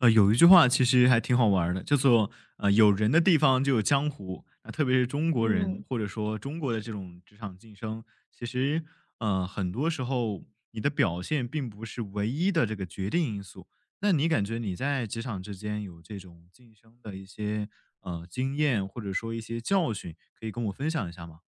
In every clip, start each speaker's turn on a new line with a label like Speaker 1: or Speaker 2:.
Speaker 1: 有一句话其实还挺好玩儿的，叫做有人的地方就有江湖。那特别是中国人，
Speaker 2: 嗯
Speaker 1: 或者说中国的这种职场晋升，其实很多时候你的表现并不是唯一的这个决定因素。那你感觉你在职场之间有这种晋升的一些经验，或者说一些教训，可以跟我分享一下吗？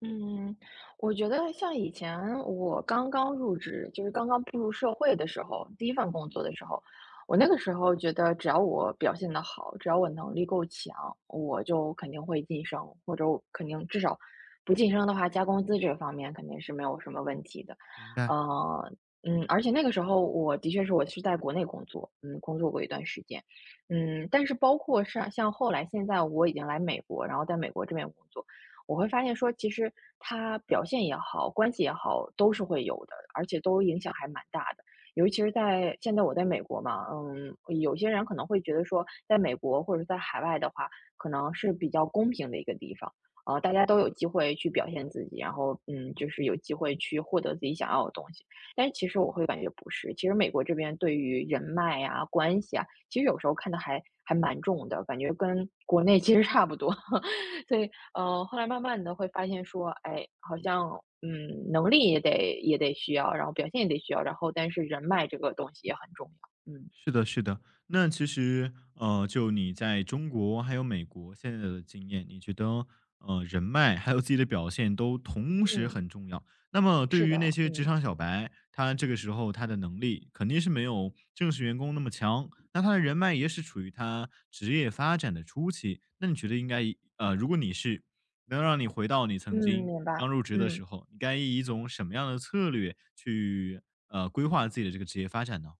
Speaker 2: 嗯，我觉得像以前我刚刚入职，就是刚刚步入社会的时候，第一份工作的时候，我那个时候觉得只要我表现得好，只要我能力够强，我就肯定会晋升，或者我肯定至少不晋升的话，加工资这方面肯定是没有什么问题的。
Speaker 1: 明白。
Speaker 2: 呃，而且那个时候我的确是我是在国内工作，工作过一段时间，但是包括上像后来现在我已经来美国，然后在美国这边工作。我会发现说，其实他表现也好，关系也好，都是会有的，而且都影响还蛮大的。尤其是在现在我在美国嘛，有些人可能会觉得说，在美国或者在海外的话，可能是比较公平的一个地方，大家都有机会去表现自己，然后就是有机会去获得自己想要的东西。但是其实我会感觉不是，其实美国这边对于人脉啊、关系啊，其实有时候看的还蛮重的，感觉跟国内 其实差不多。所以后来慢慢的会发现说，哎，好像，能力也得需要，然后表现也得需要，然后但是人脉这个东西也很重要，嗯。
Speaker 1: 是的，是的。那其实，就你在中国还有美国现在的经验，你觉得，人脉还有自己的表现都同时
Speaker 2: 嗯，
Speaker 1: 很重要。那么对
Speaker 2: 是
Speaker 1: 于那
Speaker 2: 的。
Speaker 1: 些职
Speaker 2: 嗯，
Speaker 1: 场小白，他这个时候他的能力肯定是没有正式员工那么强，那他的人脉也是处于他职业发展的初期。那你觉得应该以，如果你是能让你回到你
Speaker 2: 嗯，
Speaker 1: 曾经
Speaker 2: 明
Speaker 1: 刚
Speaker 2: 白，
Speaker 1: 入职的时
Speaker 2: 嗯。
Speaker 1: 候，你该以一种什么样的策略去，规划自己的这个职业发展呢？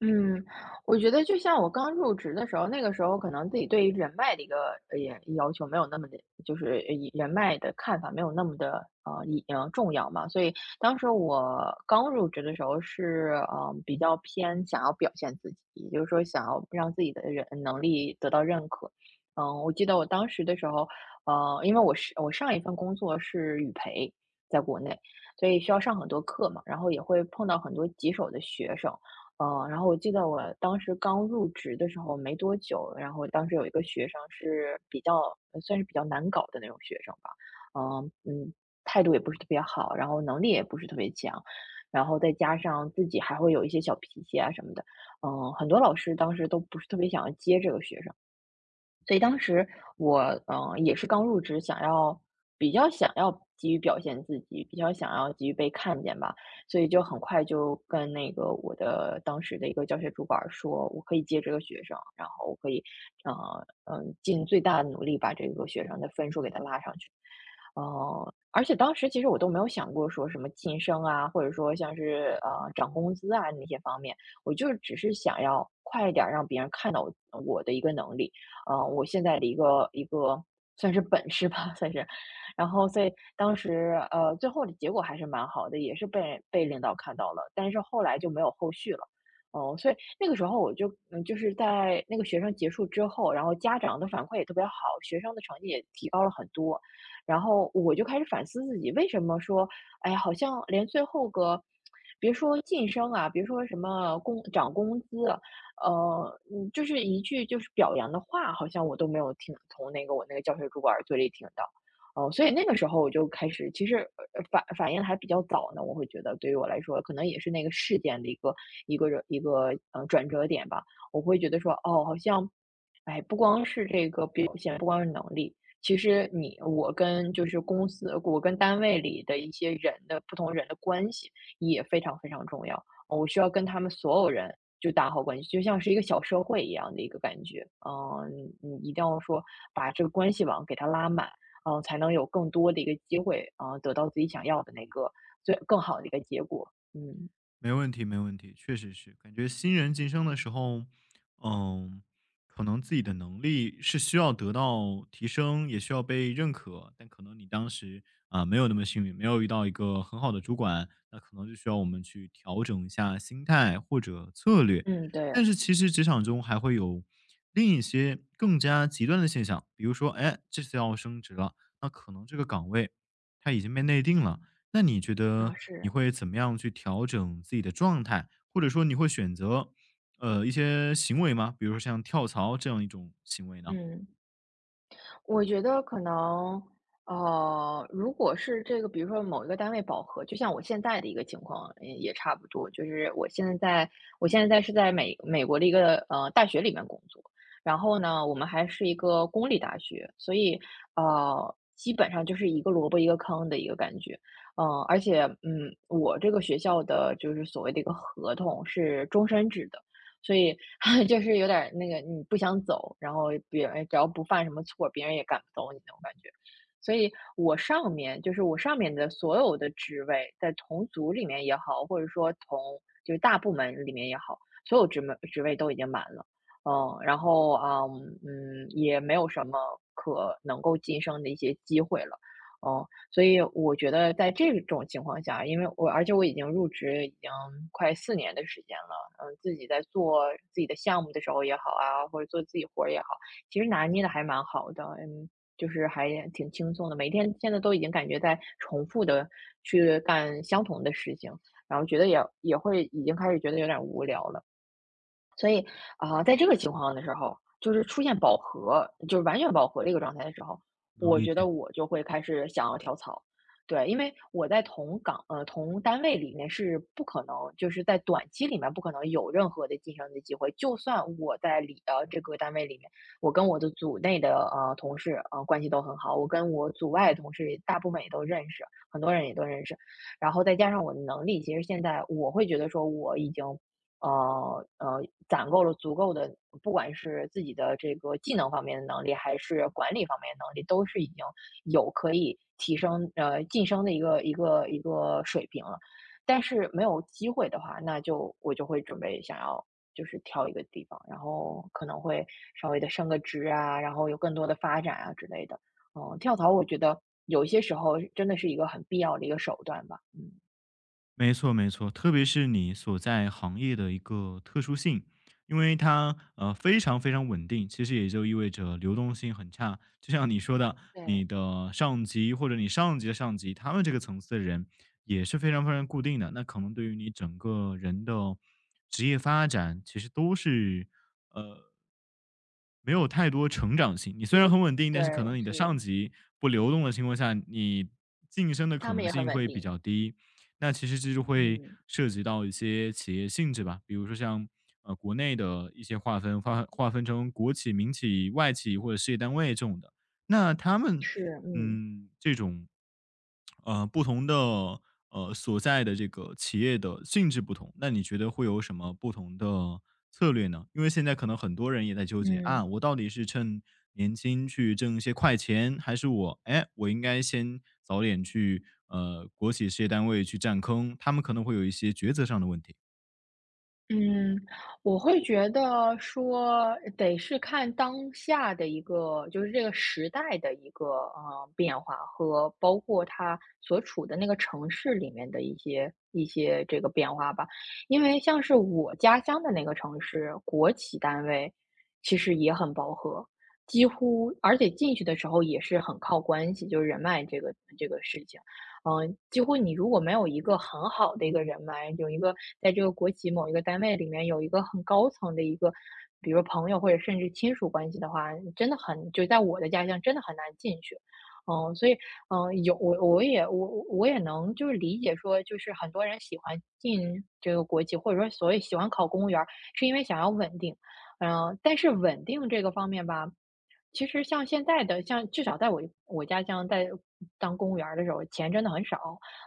Speaker 2: 嗯，我觉得就像我刚入职的时候，那个时候可能自己对于人脉的一个也要求没有那么的，就是以人脉的看法没有那么的一重要嘛，所以当时我刚入职的时候是比较偏想要表现自己，也就是说想要让自己的人能力得到认可。嗯，我记得我当时的时候，因为我是我上一份工作是语培，在国内，所以需要上很多课嘛，然后也会碰到很多棘手的学生。然后我记得我当时刚入职的时候没多久，然后当时有一个学生是比较算是比较难搞的那种学生吧，嗯嗯，态度也不是特别好，然后能力也不是特别强，然后再加上自己还会有一些小脾气啊什么的，很多老师当时都不是特别想要接这个学生。所以当时我，也是刚入职，比较想要急于表现自己，比较想要急于被看见吧，所以就很快就跟那个我的当时的一个教学主管儿说，我可以接这个学生，然后我可以，呃，尽最大的努力把这个学生的分数给他拉上去。而且当时其实我都没有想过说什么晋升啊，或者说像是涨工资啊那些方面，我就只是想要快一点儿让别人看到我的一个能力。我现在的一个算是本事吧，算是。然后所以当时，最后的结果还是蛮好的，也是被领导看到了，但是后来就没有后续了。哦，所以那个时候我就就是在那个学生结束之后，然后家长的反馈也特别好，学生的成绩也提高了很多。然后我就开始反思自己，为什么说，哎呀，好像连最后个，别说晋升啊，别说什么工涨工资，就是一句就是表扬的话，好像我都没有听从那个我那个教学主管儿嘴里听到。哦，所以那个时候我就开始，其实反应还比较早呢，我会觉得对于我来说，可能也是那个事件的一个转折点吧。我会觉得说，哦，好像，哎，不光是这个表现，不光是能力，其实我跟就是公司，我跟单位里的一些人的不同人的关系也非常非常重要。哦我需要跟他们所有人就打好关系，就像是一个小社会一样的一个感觉。嗯，你一定要说把这个关系网给它拉满，才能有更多的一个机会，得到自己想要的那个最更好的一个结果。嗯，
Speaker 1: 没问题，没问题，确实是感觉新人晋升的时候，嗯，可能自己的能力是需要得到提升，也需要被认可，但可能你当时啊、没有那么幸运，没有遇到一个很好的主管，那可能就需要我们去调整一下心态或者策略。
Speaker 2: 嗯，对，
Speaker 1: 但是其实职场中还会有另一些更加极端的现象，比如说，哎，这次要升职了，那可能这个岗位它已经被内定了，那你觉
Speaker 2: 啊，
Speaker 1: 得你
Speaker 2: 是，
Speaker 1: 会怎么样去调整自己的状态？或者说你会选择，一些行为吗？比如说像跳槽这样一种行为呢？
Speaker 2: 嗯。我觉得可能，如果是这个，比如说某一个单位饱和，就像我现在的一个情况，也差不多。就是我现在在，我现在是在美国的一个大学里面工作，然后呢，我们还是一个公立大学，所以基本上就是一个萝卜一个坑的一个感觉。而且我这个学校的就是所谓的一个合同是终身制的。所以 就是有点儿那个你不想走，然后别人只要不犯什么错，别人也赶不走你那种感觉。所以我上面就是我上面的所有的职位，在同组里面也好，或者说同就是大部门里面也好，所有职位都已经满了。然后啊，也没有什么可能够晋升的一些机会了，嗯，所以我觉得在这种情况下，因为我而且我已经入职已经快4年的时间了。自己在做自己的项目的时候也好啊，或者做自己活儿也好，其实拿捏的还蛮好的，就是还挺轻松的。每天现在都已经感觉在重复的去干相同的事情，然后觉得也会已经开始觉得有点无聊了。所以啊，在这个情况的时候，就是出现饱和，就是完全饱和的一个状态的时候，
Speaker 1: 能
Speaker 2: 我
Speaker 1: 理
Speaker 2: 觉得
Speaker 1: 解。
Speaker 2: 我就会开始想要跳槽。对，因为我在同岗同单位里面是不可能，就是在短期里面不可能有任何的晋升的机会。就算我在这个单位里面，我跟我的组内的同事关系都很好，我跟我组外的同事也大部分也都认识，很多人也都认识。然后再加上我的能力，其实现在我会觉得说我已经呃呃，攒够了足够的，不管是自己的这个技能方面的能力，还是管理方面的能力，都是已经有可以晋升的一个水平了。但是没有机会的话，那就我就会准备想要就是挑一个地方，然后可能会稍微的升个职啊，然后有更多的发展啊之类的。嗯，跳槽我觉得有些时候真的是一个很必要的一个手段吧。嗯，
Speaker 1: 没错，没错，特别是你所在行业的一个特殊性，因为它非常非常稳定，其实也就意味着流动性很差。就像你说的，
Speaker 2: 对，
Speaker 1: 你的上级或者你上级的上级，他们这个层次的人也是非常非常固定的，那可能对于你整个人的职业发展，其实都是呃没有太多成长性。你虽然
Speaker 2: 有，
Speaker 1: 很稳定，
Speaker 2: 对，
Speaker 1: 但是可能你的上
Speaker 2: 是，
Speaker 1: 级不流动的情况下，你晋升的
Speaker 2: 他
Speaker 1: 可
Speaker 2: 们
Speaker 1: 能
Speaker 2: 也很
Speaker 1: 性
Speaker 2: 稳
Speaker 1: 会比
Speaker 2: 定。
Speaker 1: 较低。那其实这就会
Speaker 2: 嗯，
Speaker 1: 涉及到一些企业性质吧，比如说像国内的一些划分，划分成国企、民企、外企或者事业单位这种的。那他们
Speaker 2: 是，嗯
Speaker 1: 嗯这种不同的所在的这个企业的性质不同，那你觉得会有什么不同的策略呢？因为现在可能很多人也在纠结
Speaker 2: 嗯
Speaker 1: 啊，我到底是趁年轻去挣一些快钱，还是我哎，我应该先早点去国企事业单位去占坑？他们可能会有一些抉择上的问题。
Speaker 2: 嗯，我会觉得说得是看当下的一个，就是这个时代的一个变化，和包括它所处的那个城市里面的一些这个变化吧。因为像是我家乡的那个城市，国企单位其实也很饱和，几乎而且进去的时候也是很靠关系，就是人脉这个事情。几乎你如果没有一个很好的一个人脉，有一个在这个国企某一个单位里面有一个很高层的一个，比如朋友或者甚至亲属关系的话，你真的很，就在我的家乡真的很难进去。嗯，所以，有我我也我我也能就是理解说，就是很多人喜欢进这个国企，或者说所谓喜欢考公务员儿，是因为想要稳定。但是稳定这个方面吧，其实像现在的，像至少在我家乡在当公务员儿的时候，钱真的很少，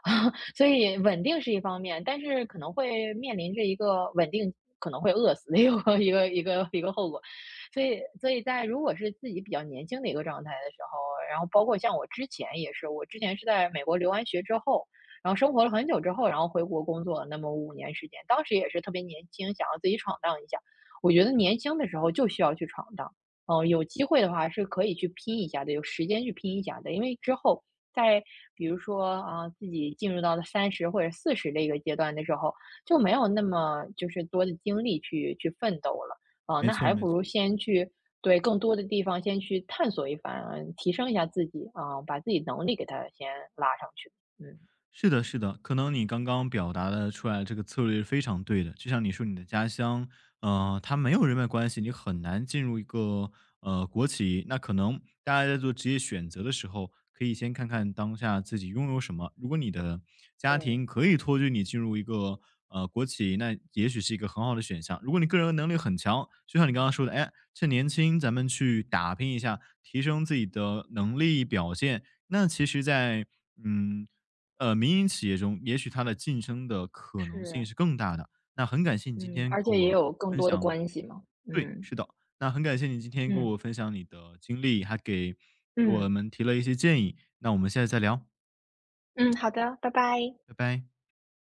Speaker 2: 所以稳定是一方面，但是可能会面临着一个稳定可能会饿死的一个 一个后果。所以在如果是自己比较年轻的一个状态的时候，然后包括像我之前也是，我之前是在美国留完学之后，然后生活了很久之后，然后回国工作那么5年时间，当时也是特别年轻，想要自己闯荡一下。我觉得年轻的时候就需要去闯荡，有机会的话是可以去拼一下的，有时间去拼一下的。因为之后在比如说啊，自己进入到了30或者40的一个阶段的时候，就没有那么就是多的精力去奋斗了。啊，
Speaker 1: 没
Speaker 2: 那
Speaker 1: 错，
Speaker 2: 还
Speaker 1: 没
Speaker 2: 不
Speaker 1: 错。
Speaker 2: 如先去对更多的地方先去探索一番，提升一下自己啊，把自己能力给它先拉上去。嗯。
Speaker 1: 是的，是的，可能你刚刚表达的出来这个策略是非常对的。就像你说你的家乡，它没有人脉关系，你很难进入一个国企。那可能大家在做职业选择的时候，可以先看看当下自己拥有什么。如果你的家庭
Speaker 2: 对，
Speaker 1: 可以托举你进入一个国企，那也许是一个很好的选项。如果你个人能力很强，就像你刚刚说的，哎，趁年轻咱们去打拼一下，提升自己的能力表现，那其实在，嗯，民营企业中，也许它的晋升的可能性
Speaker 2: 是，
Speaker 1: 是更大的。那很感谢你今
Speaker 2: 嗯，
Speaker 1: 天
Speaker 2: 而
Speaker 1: 跟
Speaker 2: 且也
Speaker 1: 我
Speaker 2: 有更
Speaker 1: 分
Speaker 2: 多的
Speaker 1: 享
Speaker 2: 关系嘛，
Speaker 1: 对，
Speaker 2: 嗯，
Speaker 1: 是的，那很感谢你今天跟
Speaker 2: 嗯，
Speaker 1: 我分享你的经历，还给我
Speaker 2: 嗯，
Speaker 1: 们提了一些建议。那我们现在再聊，
Speaker 2: 嗯，好的，拜拜。
Speaker 1: 拜拜。